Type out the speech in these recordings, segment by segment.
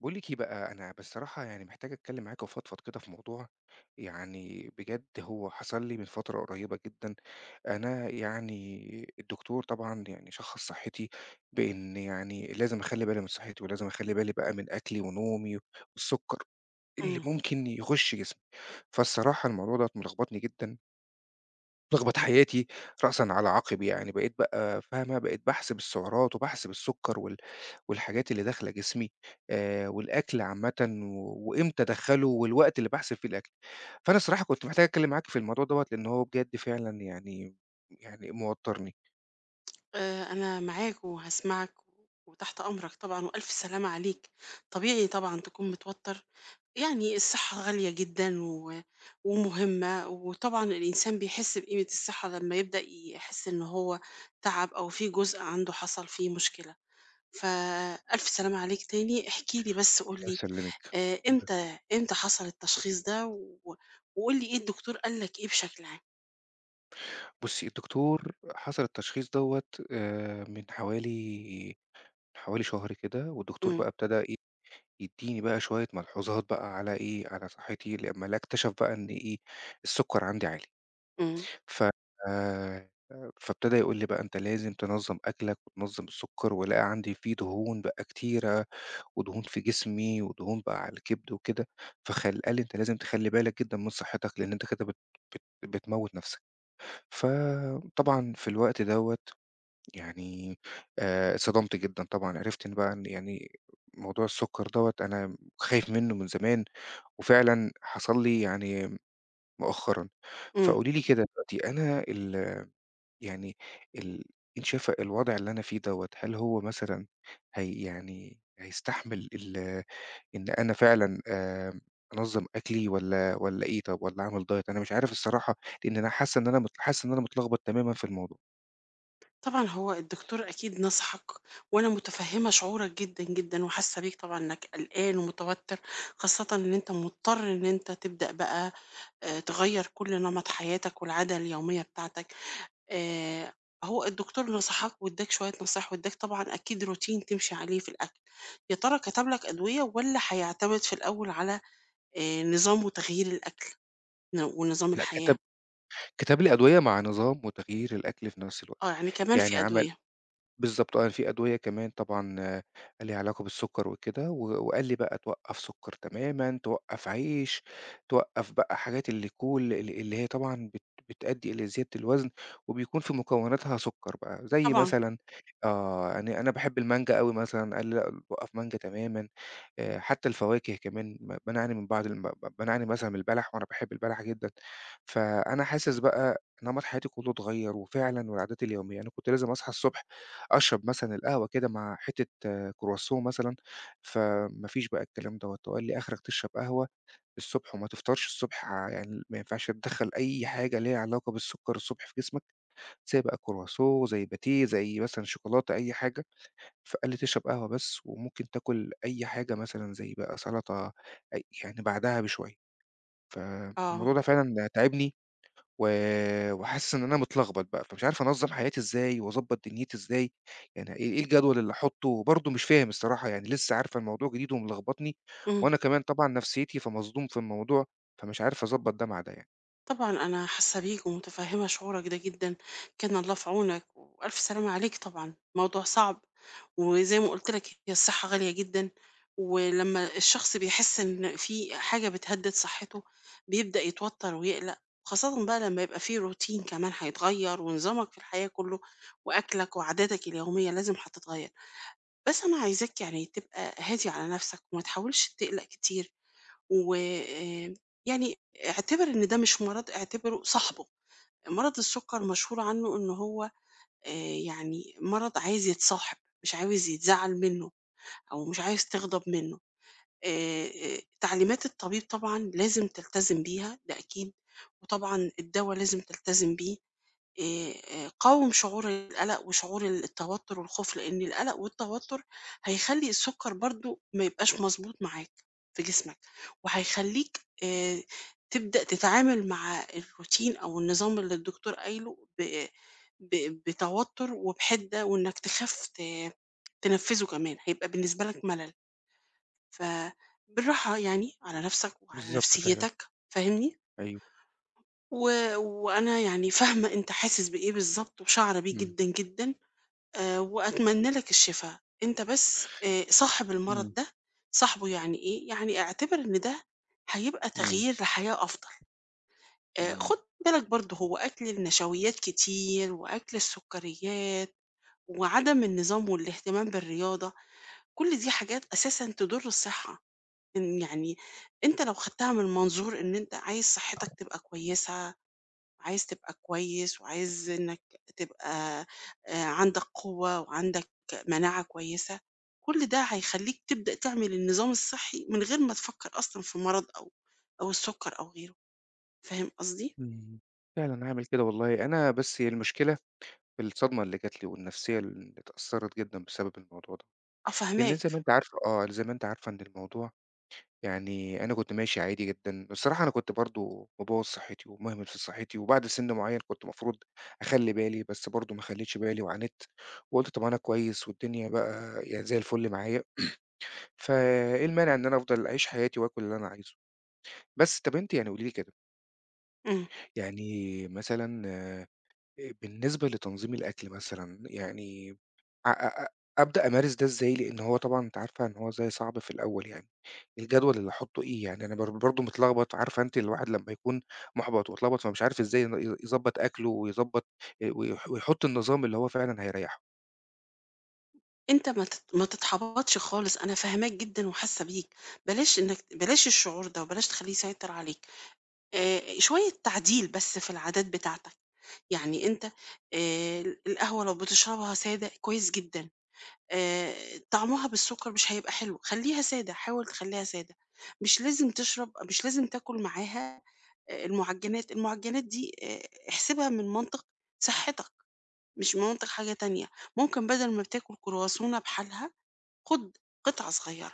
باقول لِك إيه بقى، أنا بصراحة يعني محتاج أتكلّم معاكِ وأفضفض كده في موضوع. يعني بجد هو حصل لي من فترة قريّبة جدًا. أنا يعني الدكتور طبعًا يعني شخّص صحّتي بإن يعني لازم أخلّي بالي من صحّتي ولازم أخلّي بالي بقى من أكلي ونومي والسُكّر اللي إمم. ممكن يخُش جسمي. فالصراحة الموضوع دوّة ملخبطني جدًا، ملخبط حياتي رأسًا على عقب يعني، بقيت بقى فاهمة، بقيت باحسب السعرات وباحسب السُكّر والحاجات اللي داخلة جسمي والأكل عامةً، و وإمتى أدخّله والوقت اللي باحسب فيه الأكل. فأنا الصراحة كنت محتاج أتكلّم معاك في الموضوع دوّة لإن هو بجد فعلًا يعني موتّرني. أنا معاك وهاسمعك وتحت أمرك طبعًا وألف سلامة عليك. طبيعي طبعًا تكون متوتّر، يعني الصحّة غالية جدًا ومهمة، وطبعًا الإنسان بيحس بقيمة الصحّة لمّا يبدأ يحس إن هو تعب أو في جزء عنده حصل فيه مشكلة. فألف سلامة عليك تاني. احكِ لي، بس قُل الله لي يسلّمِك. الله يسلّمِك. إمتى حصل التشخيص ده وقُل لي إيه الدكتور قال لك إيه بشكل عام؟ بُصّي، الدكتور حصل التشخيص دوّة من حوالي شهر كده، والدكتور إمم، بقى ابتدى إيه، يدّيني بقى شوية ملحوظات بقى على إيه، على صحّتي لمّا لا اكتشف بقى إن إيه، السُكّر عندي عالي. إمم، ف آآ فابتدى يقول لي بقى: "أنت لازم تنظّم أكلك وتنظّم السُكّر." ولقى عندي فيه دهون بقى كتيرة ودهون في جسمي ودهون بقى على الكبد وكده. فخل قال لي: "أنت لازم تخلّي بالك جدًا من صحّتك لإن أنت كده بت بت بتموّت نَفْسك." فطبعًا في الوقت دوّة يعني، اتصدمت جدًا طبعًا، عرفت إن بقى إن يعني موضوع السُكّر دوّة أنا خايف منّه من زمان وفعلًا حصل لي يعني مؤخرًا. إمم. فقولي لي كده دلوقتي أنا ال يعني ال أنتِ شايفة الوضع اللي أنا فيه دوّة، هل هو مثلًا هي يعني هيستحمل ال إن أنا فعلًا أنظّم أكلي والّا إيه طَب والّا أعمل diet؟ أنا مش عارف الصراحة، لإن أنا حاسة إن أنا مت حاسس إن أنا متلخبط تمامًا في الموضوع. طبعًا هو الدكتور أكيد نصحك، وأنا متفهّمة شعورك جدًا، جدًا، وحاسة بيك طبعًا إنك قلقان ومتوتر، خاصةً إن أنت مضطر إن أنت تبدأ بقى تغيّر كل نمط حياتك والعادة اليومية بتاعتك. آآ هو الدكتور نصحك وادّاك شوية نصايح وادّاك طبعًا أكيد روتين تمشي عليه في الأكل. يا ترى كتب لك أدوية والّا هيعتمد في الأول على نظام وتغيير الأكل ونظام لأ، الحياة؟ كتب لي أدوية مع نظام وتغيير الأكل في نفس الوقت. آه، يعني كمان يعني في عمل أدوية. بالضبط آه، يعني في أدوية كمان طبعًا آه، ليها علاقة بالسُكّر وكده، وقال لي بقى توقّف سُكّر تمامًا، توقّف عيش، توقّف بقى حاجات الكول ال اللي اللي هي طبعًا بتؤدي إلى زيادة الوزن، وبيكون في مكوناتها سُكّر بقى، زي طبعًا، مثلًا آه. يعني أنا باحب المانجا أوي مثلًا، قال لي لأ، وقّف مانجا تمامًا. حتى الفواكه كمان ب بانعاني من بعض الم ب بانعاني مثلًا من البلح وأنا باحب البلح جدًا. فأنا حاسس بقى نمط حياتي كلّه اتغيّر وفعلًا والعادات اليومية، أنا كنت لازم أصحى الصبح أشرب مثلًا القهوة كده مع حتّة آه، كرواسون مثلًا. فما فيش بقى الكلام دوّة، وقال لي آخرك تشرب قهوة الصبح وما تفطرش الصبح يعني ما ينفعش تدخّل أي حاجة ليها علاقة بالسُكّر الصبح في جسمك، زي بقى كرواسون زي باتيه زي مثلًا شوكولاتة أي حاجة. فقال لي: "تشرب قهوة بس وممكن تاكل أي حاجة مثلًا زي بقى سلطة أي يعني بعدها بشوية." آه. فالموضوع ده فعلًا تاعبني، و وحاسس إن أنا متلخبط بقى، فمش عارف أنظّم حياتي إزاي وأضبّط دنيتي إزاي. يعني إيه الجدول اللي أحطّه برضه مش فاهم الصراحة، يعني لسه عارفة الموضوع جديد وملخبطني، إمم. وأنا كمان طبعًا نفسيتي فمصدوم في الموضوع، فمش عارف أضبّط ده مع ده يعني. طبعًا أنا حاسة بيك ومتفهمة شعورك ده جدًا، كان الله في عونك، وألف سلامة عليك طبعًا، موضوع صعب، وزي ما قلت لك هي الصحة غالية جدًا، ولما الشخص بيحس إن في حاجة بتهدد صحته بيبدأ يتوتر ويقلق، خاصةً بقى لما يبقى في روتين كمان هيتغير ونظامك في الحياة كله، وأكلك وعاداتك اليومية لازم هتتغير، بس أنا عايزاك يعني تبقى هادي على نفسك وما تحاولش تقلق كتير. وآآ يعني اعتبر إن ده مش مرض، اعتبره صاحبه. مرض السُكّر مشهور عنه إن هو آآ يعني مرض عايز يتصاحب، مش عاوز يتزعّل منّه أو مش عايز تغضب منّه. تعليمات الطبيب طبعًا لازم تلتزم بيها، ده أكيد، وطبعًا الدوا لازم تلتزم بيه. قاوم شعور القلق وشعور التوتر والخوف، لإن القلق والتوتر هيخلّي السُكّر برضه ما يبقاش مضبوط معاك في جسمك، وهيخلّيك تبدأ تتعامل مع الروتين أو النظام اللي الدكتور قايله ب ب بتوتر وبحِدّة، وإنك تخاف تنفّذه كمان، هيبقى بالنسبة لك ملل، فبالراحة يعني على نَفْسك وعلى بالضبط فعلًا. نفسيّتك، فاهمني؟ أيوه. و وأنا يعني فاهمة أنت حاسس بإيه بالضبط وشاعرة بيه إمم. جدًا، جدًا، وأتمنى لك الشفا. أنت بس صاحب المرض إمم. ده، صاحبه يعني إيه، يعني اعتبر إن ده هيبقى إمم. تغيير لحياة أفضل. إمم. خُد بالك برضه هو أكل النشويات كتير وأكل السكريات وعدم النظام والاهتمام بالرياضة، كل دي حاجات أساسًا تضر الصحة. إن يعني أنت لو خدتها من منظور إن أنت عايز صحتك تبقى كويسة، عايز تبقى كويس، وعايز إنك تبقى عندك قوة وعندك مناعة كويسة، كل ده هيخلّيك تبدأ تعمل النظام الصحّي من غير ما تفكّر أصلًا في مرض أو أو السُكّر أو غيره، فاهم قصدي؟ إمم. فعلًا هاعمل كده والله. أنا بس هي المشكلة الصدمة اللي جات لي والنفسية اللي اتأثّرت جدًا بسبب الموضوع ده. آه، لإن زي ما فاهماك. أنتِ عارفة آه، زي ما أنتِ عارفة إن الموضوع يعني أنا كنت ماشي عادي جدًا، بصراحة أنا كنت برضه مبوّظ صحّتي ومهمل في صحّتي، وبعد سِن معيّن كنت المفروض أخلّي بالي، بس برضه ما خلّيتش بالي وعانيت، وقُلت طَب أنا كويس والدنيا بقى يعني زي الفُل معايا، فإيه المانع إن أنا أفضل أعيش حياتي وآكل اللي أنا عايزه. بس طَب أنتِ يعني قولي لي كده، إمم. يعني مثلًا بالنسبة لتنظيم الأكل مثلًا، يعني أ أ أ أبدأ أمارس ده إزاي؟ لإن هو طبعًا أنتِ عارفة إن هو زي صعب في الأول يعني، الجدول اللي أحطّه إيه يعني؟ أنا برضه متلخبط. عارفة أنتِ الواحد لمّا يكون محبط واتلخبط فمش عارف إزاي ين ي يضبّط أكله ويضبّط ويحط النظام اللي هو فعلًا هيريّحه. أنت ما تتحبطش خالص، أنا فاهماك جدًا وحاسّة بيك، بلاش الشعور ده وبلاش تخلّيه يسيطر عليك، شوية تعديل بس في العادات بتاعتك، يعني أنت آآ القهوة لو بتشربها سادة كويس جدًا. آآ طعمها بالسكر مش هيبقى حلو، خلّيها سادة، حاول تخلّيها سادة، مش لازم تاكل معاها المعجنات، المعجنات دي احسبها من منطق صحتك، مش من منطق حاجة تانية، ممكن بدل ما بتاكل كرواسونة بحالها، خُد قطعة صغيرة،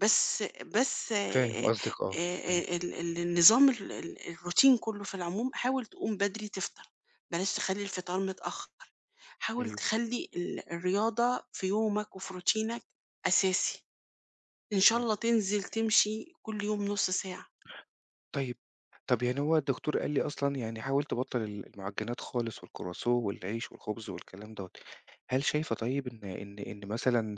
بس فاهم قصدِك آه. فاهم. ال ال النظام ال ال الروتين كلّه في العموم، حاول تقوم بدري تفطر، بلاش تخلّي الفطار متأخر. حاول أيوه. تخلّي الرياضة في يومك وفي روتينك أساسي، إن شاء إمم. الله تنزل تمشي كل يوم نُص ساعة. طيب. طب يعني هو الدكتور قال لي أصلًا يعني حاول تبطّل ال المعجنات خالص والكرواسون والعيش والخبز والكلام دوّة، هل شايفة طيب إن مثلًا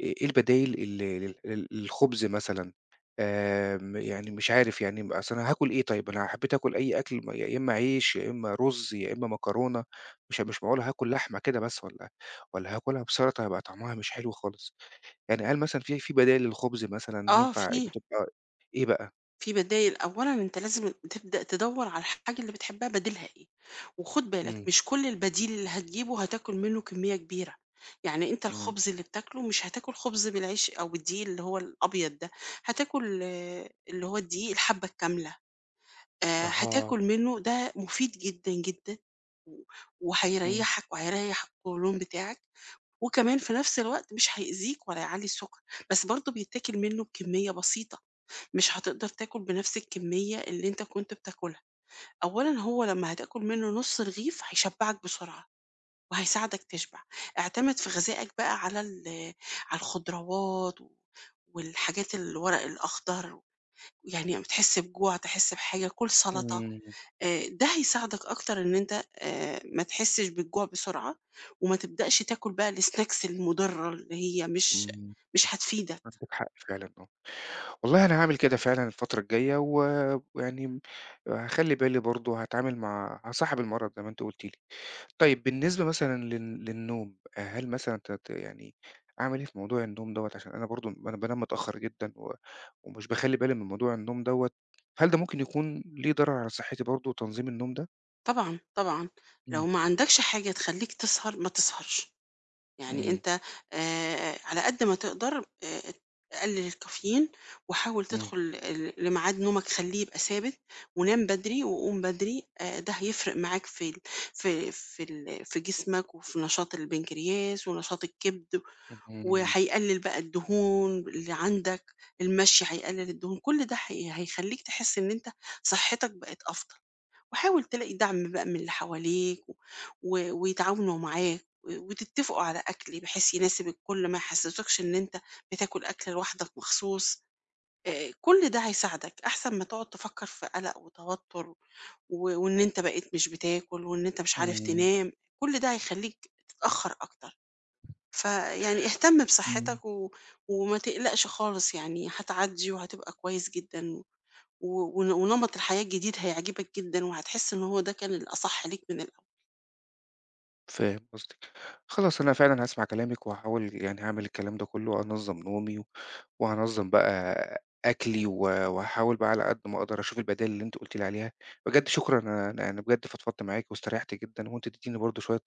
إيه البدايل ال ال ال للخبز مثلًا؟ آمم، يعني مش عارف يعني م أصل أنا هاكل إيه طيب؟ أنا حبيت آكل أي أكل م يا إما عيش، يا إما رز، يا إما مكرونة. مش معقول هاكل لحمة كده بس، والّا هاكلها بسلطة هيبقى طعمها مش حلو خالص. يعني هل مثلًا في بدايل للخبز مثلًا آه، ينفع في. بتبقى إيه بقى؟ في بدايل، أولًا أنت لازم تبدأ تدوّر على الحاجة اللي بتحبها بديلها إيه، وخُد بالك إمم. مش كل البديل اللي هتجيبه هتاكل منه كمية كبيرة، يعني أنت إمم. الخبز اللي بتاكله مش هتاكل خبز بالعيش أو بالدقيق اللي هو الأبيض ده، هتاكل آه، اللي هو الدقيق الحبّة الكاملة. أها. هتاكل منّه، ده مفيد جدًا، جدًا، و إمم. وهيريّحك وهيريّح القولون بتاعك، وكمان في نفس الوقت مش هيأذيك ولا يعلّي السُّكر، بس برضه بيتاكل منّه بكمّية بسيطة، مش هتقدر تاكل بنفس الكمّية اللي أنت كنت بتاكلها. أولًا هو لمّا هتاكل منّه نُص رغيف هيشبّعك بسرعة وهيساعدك تشبع. اعتمد في غذائك بقى على على الخضروات والحاجات الورق الأخضر، يعني أمّا تحس بجوع، تحس بحاجة، كُل سَلطة. إمم. ده هيساعدك أكتر إن أنت ما تحسّش بالجوع بسرعة، وما تبدأش تاكل بقى الsnacks المُضرّة اللي هي إمم. مش هتفيدك. عندِك حق فعلًا، آه. والله أنا هاعمل كده فعلًا الفترة الجاية. ويعني م هاخلّي بالي برضه هاتعامل مع هاصاحب المرض زي ما أنتِ قُلتِ لي. طيب بالنسبة مثلًا للنوم، هل مثلًا ت ت يعني أعمل إيه في موضوع النوم دوّة؟ عشان أنا برضه أنا بانام متأخر جدًا، ومش باخلّي بالي من موضوع النوم دوّة. هل ده ممكن يكون ليه ضرر على صحتي برضه تنظيم النوم ده؟ طبعًا، طبعًا، لو إمم. ما عندكش حاجة تخلّيك تسهر، ما تسهرش. يعني إمم. أنت على قد ما تقدر قلِّل الكافيين، وحاول إمم. تدخل لميعاد نومك، خلّيه يبقى ثابت، ونام بدري وقوم بدري، ده هيفرق معاك في ال في في ال في جسمك وفي نشاط البنكرياس ونشاط الكبد، إمم. وهيقلل بقى الدهون اللي عندك، المشي هيقلل الدهون، كل ده هيخلّيك تحس إن أنت صحتك بقت أفضل، وحاول تلاقي دعم بقى من اللي حواليك و و... ويتعاونوا معاك وتتفقوا على أكل بحيث يناسب الكل، ما يحسسكش إن أنت بتاكل أكل لوحدك مخصوص، كل ده هيساعدك، أحسن ما تقعد تفكّر في قلق وتوتر وإن أنت بقيت مش بتاكل، وإن أنت مش عارف إمم. تنام، كل ده هيخلّيك تتأخر أكتر. فيعني اهتم إمم. بصحتك و... وما تقلقش خالص، يعني هتعدي وهتبقى كويس جدا و... ونمط الحياة الجديد هيعجبك جدا، وهتحس ان هو ده كان الأصح ليك من الأول. فاهم قصدِك. خلاص أنا فعلًا هاسمع كلامِك وهاحاول يعني هاعمل الكلام ده كُلّه، أنظّم نومي وهانظّم بقى أكلي، وهاحاول بقى على قد ما أقدر أشوف البدايل اللي أنتِ قُلتِ لي عليها. بجد شكرًا، أنا بجد فضفضت معاكِ واستريحت جدًا وأنتِ اديتيني برضه شوية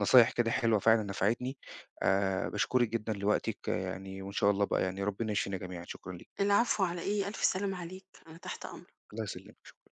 نصايح كده حلوة فعلًا نفعتني. باشكرِك جدًا لوقتِك آه، يعني وإن شاء الله بقى يعني ربنا يشفينا جميعًا، شكرًا ليكِ. العفو، على ايه، ألف سلام عليك، أنا تحت أمرك. الله يسلمِك، شكرًا.